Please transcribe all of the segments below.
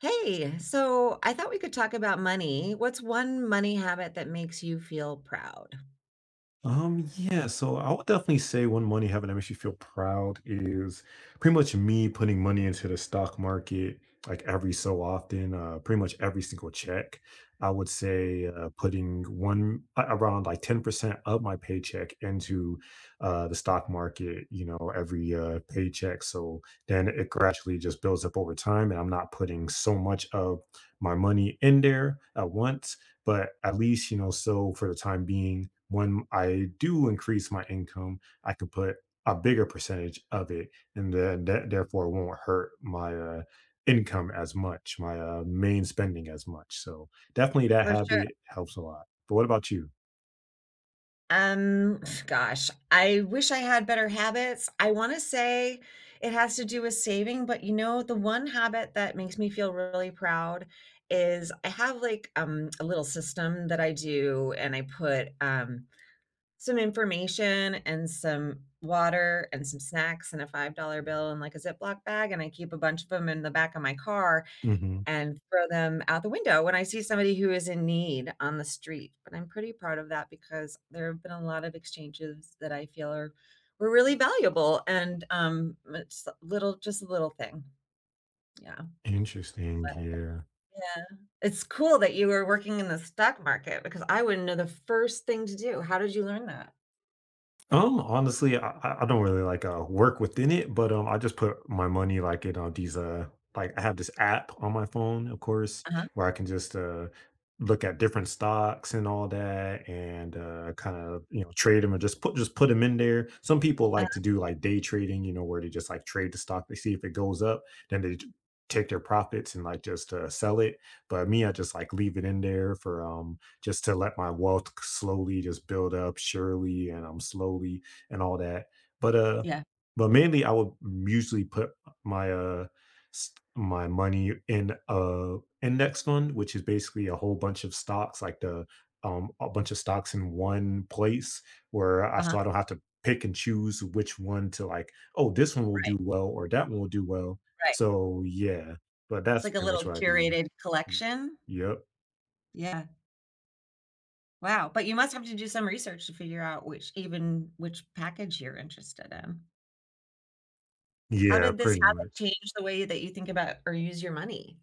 Hey, so I thought we could talk about money. What's one money habit that makes you feel proud? Yeah, so I would definitely say one money habit that makes you feel proud is pretty much me putting money into the stock market like every so often, pretty much every single check. I would say putting around like 10% of my paycheck into the stock market, you know, every paycheck. So then it gradually just builds up over time, and I'm not putting so much of my money in there at once. But at least, you know, so for the time being, when I do increase my income, I can put a bigger percentage of it, and then that therefore won't hurt my income as much, my main spending as much. So definitely that For sure. habit helps a lot. But what about you? Um, gosh, I wish I had better habits. I want to say it has to do with saving, but you know, the one habit that makes me feel really proud is I have like a little system that I do and I put some information and some water and some snacks and a $5 bill in like a Ziploc bag and I keep a bunch of them in the back of my car Hmm. and throw them out the window when I see somebody who is in need on the street, but I'm pretty proud of that because there have been a lot of exchanges that I feel are were really valuable and, it's a little just a little thing. Yeah. Interesting. Yeah. Yeah. It's cool that you were working in the stock market because I wouldn't know the first thing to do. How did you learn that? Honestly, I don't really like work within it, but I just put my money like in these like I have this app on my phone, of course, Uh-huh. where I can just look at different stocks and all that, and kind of you know trade them or just put them in there. Some people like to Uh-huh. do like day trading, you know, where they just like trade the stock, they see if it goes up, then take their profits and like just sell it. But me, I just like leave it in there for just to let my wealth slowly just build up surely and I'm slowly and all that. But uh Yeah. but mainly I would usually put my my money in a index fund, which is basically a whole bunch of stocks, like the a bunch of stocks in one place where I Uh-huh. so I don't have to pick and choose which one to like, oh, this one will Right, do well or that one will do well. right. So yeah, but It's that's like a pretty much little what I do. curated Y- collection? Yep. Yeah. Wow, but you must have to do some research to figure out which package you're interested in. How Yeah, did this pretty habit much. change the way that you think about or use your money?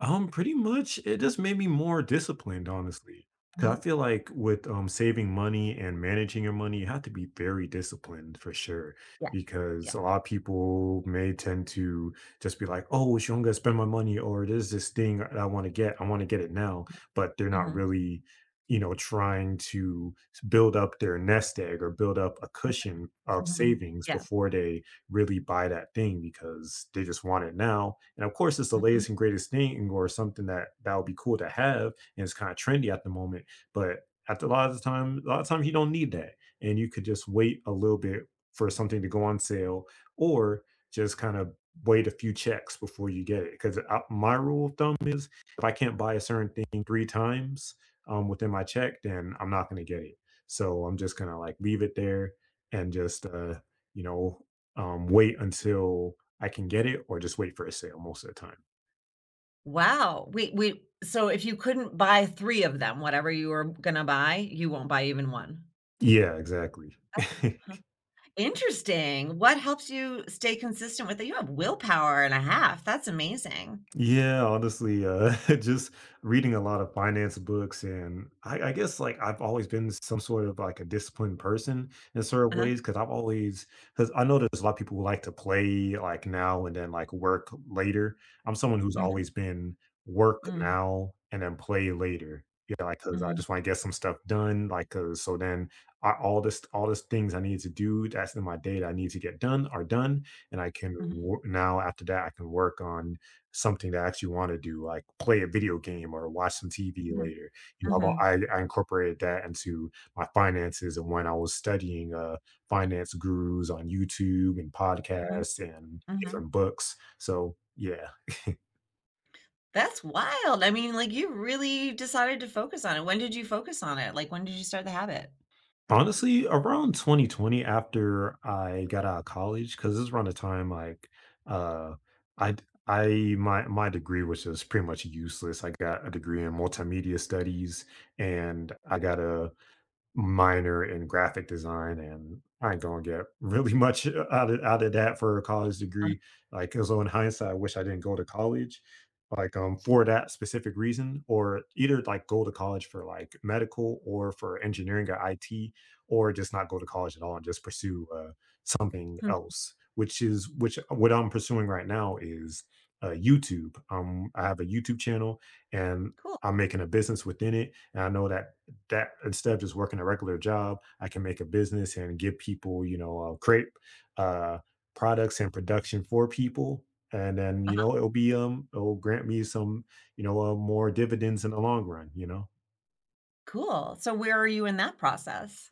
Pretty much, it just made me more disciplined, honestly, because Mhm. I feel like with saving money and managing your money, you have to be very disciplined for sure. Yeah. Because Yeah. a lot of people may tend to just be like, "Oh, it's I'm gonna spend my money," or "There's this thing that I want to get. I want to get it now," but they're not Mhm, really, you know, trying to build up their nest egg or build up a cushion of mhm. savings Yeah. before they really buy that thing because they just want it now. And of course, it's the Mhm. latest and greatest thing or something that that would be cool to have, and it's kind of trendy at the moment. But at the, a lot of the time, a lot of times you don't need that, and you could just wait a little bit for something to go on sale, or just kind of wait a few checks before you get it. Because my rule of thumb is, if I can't buy a certain thing 3 times within my check, then I'm not going to get it. So I'm just gonna like leave it there and just you know wait until I can get it or just wait for a sale most of the time. Wow. we we. So if you couldn't buy 3 of them, whatever you were gonna buy, you won't buy even 1? Yeah, exactly. Huh. Interesting. What helps you stay consistent with it? You have willpower and a half. That's amazing. Yeah, honestly, just reading a lot of finance books, and I guess like I've always been some sort of like a disciplined person in certain Uh-huh. ways because I know there's a lot of people who like to play like now and then like work later. I'm someone who's Mhm. always been work Mm. now and then play later. Yeah, like because I Mhm. just want to get some stuff done. Like, 'cause so then I, all this things I need to do that's in my day that I need to get done are done, and I can Mhm. Now after that I can work on something to actually want to do, like play a video game or watch some TV Mhm. later. You know, Mhm. I incorporated that into my finances and when I was studying, finance gurus on YouTube and Mhm. podcasts and Mhm. different books. So, yeah. That's wild. I mean, like, you really decided to focus on it. When did you focus on it? Like, when did you start the habit? Honestly, around 2020 after I got out of college, because this is around the time, like, uh, I I my degree was just pretty much useless. I got a degree in multimedia studies, and I got a minor in graphic design and I ain't gonna get really much out of that for a college Uh, degree. Like, so in hindsight, I wish I didn't go to college, like for that specific reason, or either like go to college for like medical or for engineering or IT, or just not go to college at all and just pursue something Hmm, else, which is which what I'm pursuing right now is YouTube. I have a YouTube channel and cool. I'm making a business within it, and I know that instead of just working a regular job, I can make a business and give people, you know, create uh, products and production for people. And then, you Uh-huh. know, it'll be, it'll grant me some, you know, more dividends in the long run, you know? Cool. So where are you in that process?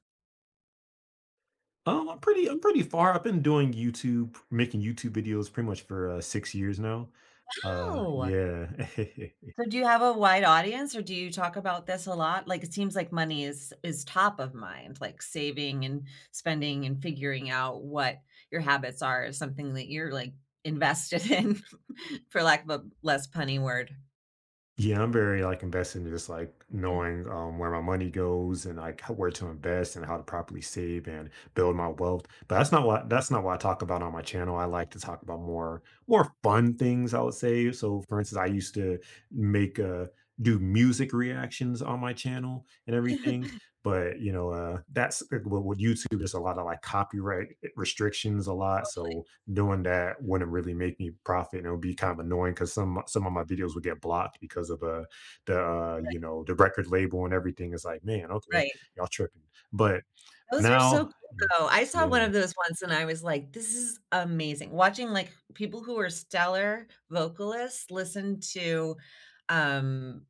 I'm pretty far. I've been doing YouTube, making YouTube videos pretty much for 6 years now. Oh, Yeah. so do you have a wide audience or do you talk about this a lot? Like, it seems like money is top of mind, like saving and spending and figuring out what your habits are is something that you're like invested in, for lack of a less punny word. Yeah, I'm very like invested in just like Yeah. knowing where my money goes and like how- where to invest and how to properly save and build my wealth. But that's not what I talk about on my channel. I like to talk about more fun things, I would say. So for instance, I used to make do music reactions on my channel and everything. But you know, that's with YouTube, there's a lot of like copyright restrictions a lot. So doing that wouldn't really make me profit and it would be kind of annoying because some of my videos would get blocked because of the you know the record label and everything is like man okay Right. y'all tripping but Those are so now cool, though. I saw one yeah of those once and I was like, "This is amazing." Watching, like, people who are stellar vocalists listen to, um,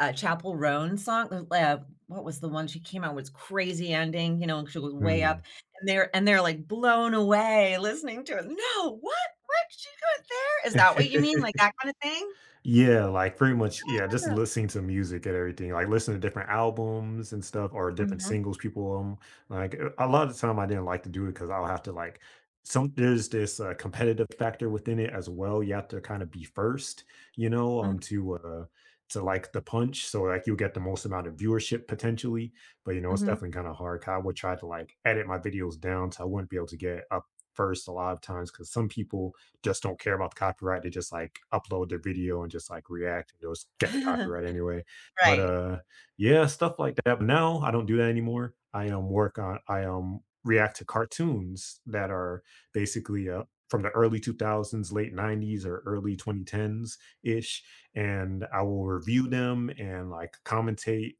a Chapel Roan song, what was the one she came out with? Crazy Ending, you know, and she was way mm. up, and they're, like, blown away listening to it. "No, what? What? She went there? Is that what you mean?" Like, that kind of thing? Yeah, like pretty much, yeah, just Love those. listening to music and everything, like listening to different albums and stuff or different Mhm. singles people like a lot of the time I didn't like to do it because I'll have to like some there's this competitive factor within it as well. You have to kind of be first, you know, Mhm. To like the punch. So like you'll get the most amount of viewership potentially. But you know, it's Mhm. definitely kind of hard. 'Cause I would try to like edit my videos down so I wouldn't be able to get up first a lot of times because some people just don't care about the copyright. They just like upload their video and just like react and just get the copyright anyway. But Right. Yeah, stuff like that. But now I don't do that anymore. I work on I react to cartoons that are basically from the early 2000s, late 90s or early 2010s ish and I will review them and like commentate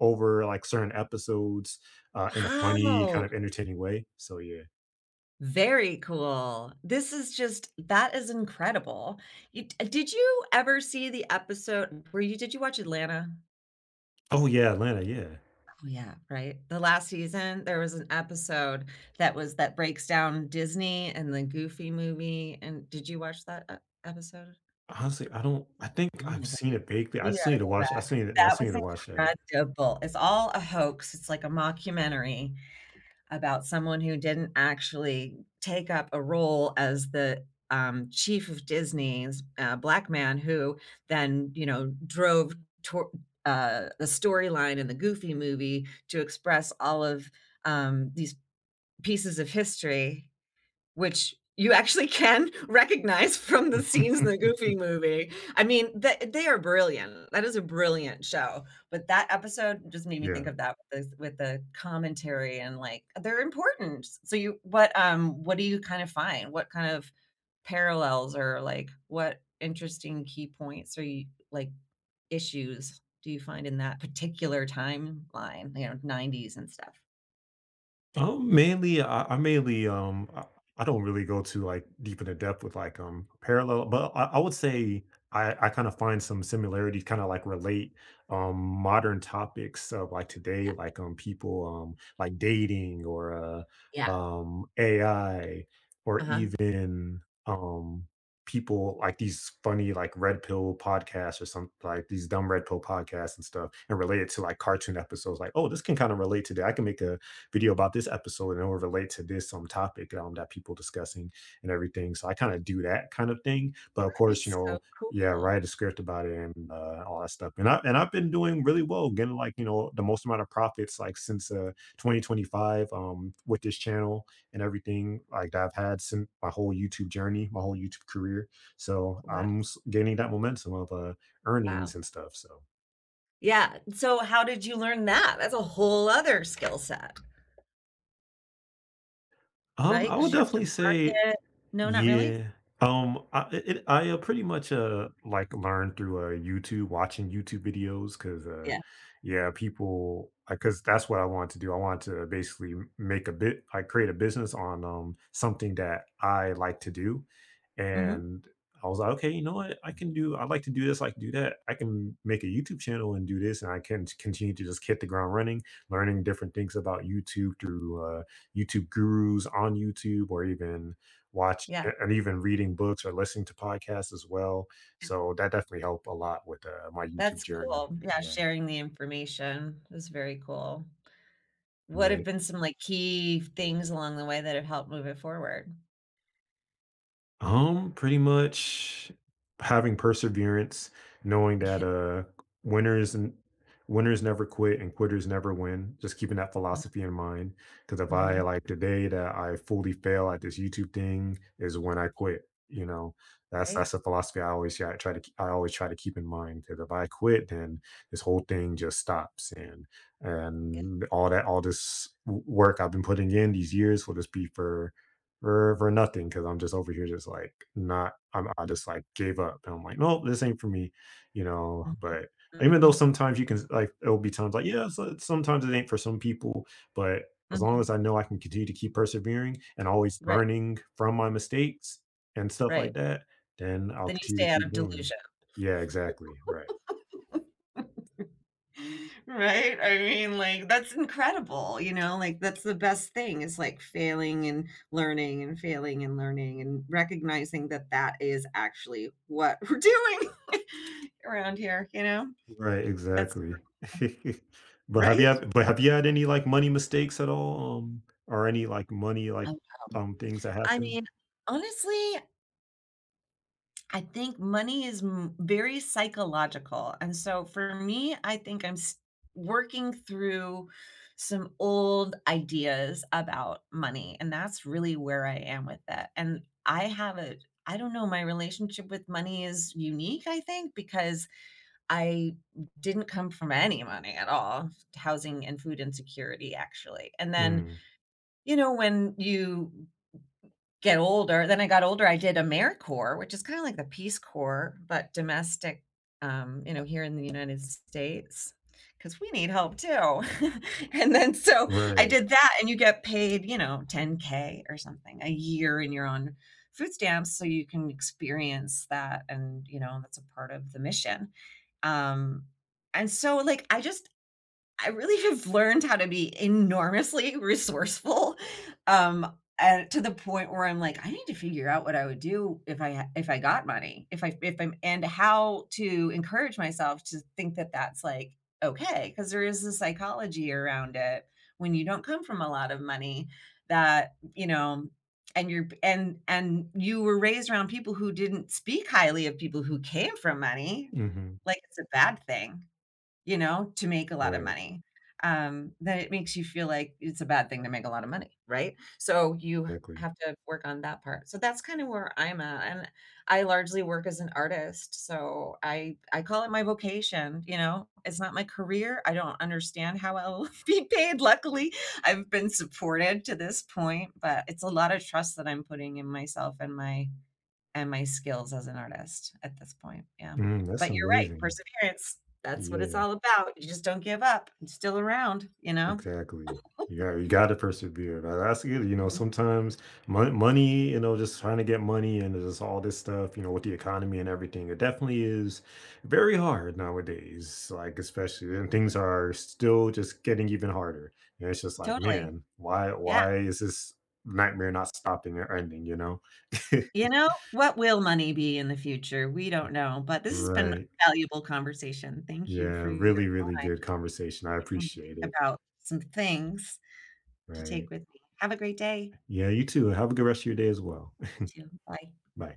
over like certain episodes in a funny Wow. kind of entertaining way. So yeah. Very cool. This is just that is incredible. You did you ever see the episode where you did you watch Atlanta? Oh yeah, Atlanta, yeah. Oh, yeah, right? The last season, there was an episode that was that breaks down Disney and the Goofy movie, and did you watch that e episode? Honestly, I don't I think Oh my I've god, seen y it vaguely. I you still need gotta to go watch I still back. need to I That still was need to watch that. incredible. It's all a hoax, it's like a mockumentary, about someone who didn't actually take up a role as the chief of Disney's black man who then, you know, drove tor- the storyline in the Goofy movie to express all of these pieces of history which you actually can recognize from the scenes in the Goofy Movie. I mean, that they are brilliant. That is a brilliant show, but that episode just made me Yeah. think of that with the commentary and, like, they're important. So you what do you kind of find? What kind of parallels or, like, what interesting key points like, issues do you find in that particular timeline, you know, 90s and stuff? Mainly, I mainly, I don't really go to like deep into depth with like parallel, but I would say I kind of find some similarities, kind of like relate modern topics of like today, Yeah, like people like dating or yeah, AI or uh-huh. even people like these funny like red pill podcasts or some like these dumb red pill podcasts and stuff and relate it to like cartoon episodes like oh this can kind of relate today I can make a video about this episode and it'll relate to this topic that people discussing and everything. So I kind of do that kind of thing. But of That course, you it's so know, yeah, cool. write a script about it and all that stuff. And I've been doing really well, getting like you know the most amount of profits like since 2025 with this channel and everything like that I've had since my whole YouTube journey, my whole YouTube career. So Wow. Gaining that momentum of earnings Wow. and stuff. So Yeah, so how did you learn that? That's a whole other skill set, right? I would Because you have definitely to say market. No, not really? yeah. Pretty much, like, learned through, YouTube watching YouTube videos because Yeah. yeah, people because that's what I wanted to do. I wanted to basically m make a bit I create a business on, something that I like to do, Mhm. and I was like, "Okay, you know what? I like to do this, I can do that. I can make a YouTube channel and do this, and I can t continue to just hit the ground running," learning different things about YouTube through, YouTube gurus on YouTube or even watch Yeah, and even reading books or listening to podcasts as well. yeah. So that definitely helped a lot with, my YouTube That's journey. cool. Yeah, Yeah. sharing the information is very cool. What have Right. been some, like, key things along the way that have helped move it forward? Pretty much having perseverance, knowing Yeah. that winners and winners never quit and quitters never win. Just keeping that philosophy in mind. Because if I Mhm. like the day that I fully fail at this YouTube thing is when I quit. You know, that's Right? that's a philosophy I always try to keep in mind. Because if I quit, then this whole thing just stops, Yeah. and all that all this w- work I've been putting in these years will just be for nothing because I'm just over here just like not I just like gave up and I'm like no this ain't for me you know Mhm. but even though Mhm. sometimes you can like it'll be times like yeah so sometimes it ain't for some people but as long as Mhm. I know I can continue to keep persevering and always Right, learning from my mistakes and stuff like right. that then I'll Then you continue stay to out keep of going delusion. yeah exactly right. Right? I mean, like, that's incredible, you know? Like, that's the best thing is like failing and learning and failing and learning and recognizing that that is actually what we're doing around here, you know? Right, That's exactly. But have you right? had but have you had any, like, money mistakes at all, or any, like, money, like, things that I happen? mean, honestly, I think money is m very psychological, and so for me, I think I'm s working through some old ideas about money, and that's really where I am with it, and I have a I don't know, my relationship with money is unique, I think, because I didn't come from any money at all, housing and food insecurity, actually, and then, Mm, you know, when you get older. Then I got older, I did AmeriCorps, which is kinda like the Peace Corps, but domestic, you know, here in the United States, because we need help too. And then so I right, did that, and you get paid, you know, 10K or something a year, and you're on food stamps, so you can experience that, and, you know, that's a part of the mission. Um, and so, like, I really have learned how to be enormously resourceful, and to the point where I'm like, I need to figure out what I would do if I got money, if I if I'm and how to encourage myself to think that that's like okay, because there is a psychology around it when you don't come from a lot of money that you know and you're and you were raised around people who didn't speak highly of people who came from money mhm, like it's a bad thing you know, to make a lot of right, money, then it makes you feel like it's a bad thing to make a lot of money, right? So you exactly. have to work on that part. So that's kinda where I'm at, and I largely work as an artist, so I call it my vocation, you know? It's not my career, I don't understand how I'll be paid, luckily, I've been supported to this point, but it's a lot of trust that I'm putting in myself and my skills as an artist at this point, yeah. Mm, that's But you're right, amazing. perseverance, that's what it's Yeah. all about. You just don't give up. It's still around, you know? Exactly. You got to persevere. That's good. You know, Mhm. sometimes money, you know, just trying to get money and just all this stuff, you know, with the economy and everything, it definitely is very hard nowadays. Like especially, and things are still just getting even harder. And it's just like, Totally. man, why Yeah. why is this nightmare not stopping or ending? You know? You know, what will money be in the future? We don't know, but this has been a Right. valuable conversation. Thank you for Yeah. your Really, really time, good conversation. I making me appreciate think it. about some things to Right. take with me. Have a great day. Yeah. You too. Have a good rest of your day as well. You too. Bye. Bye.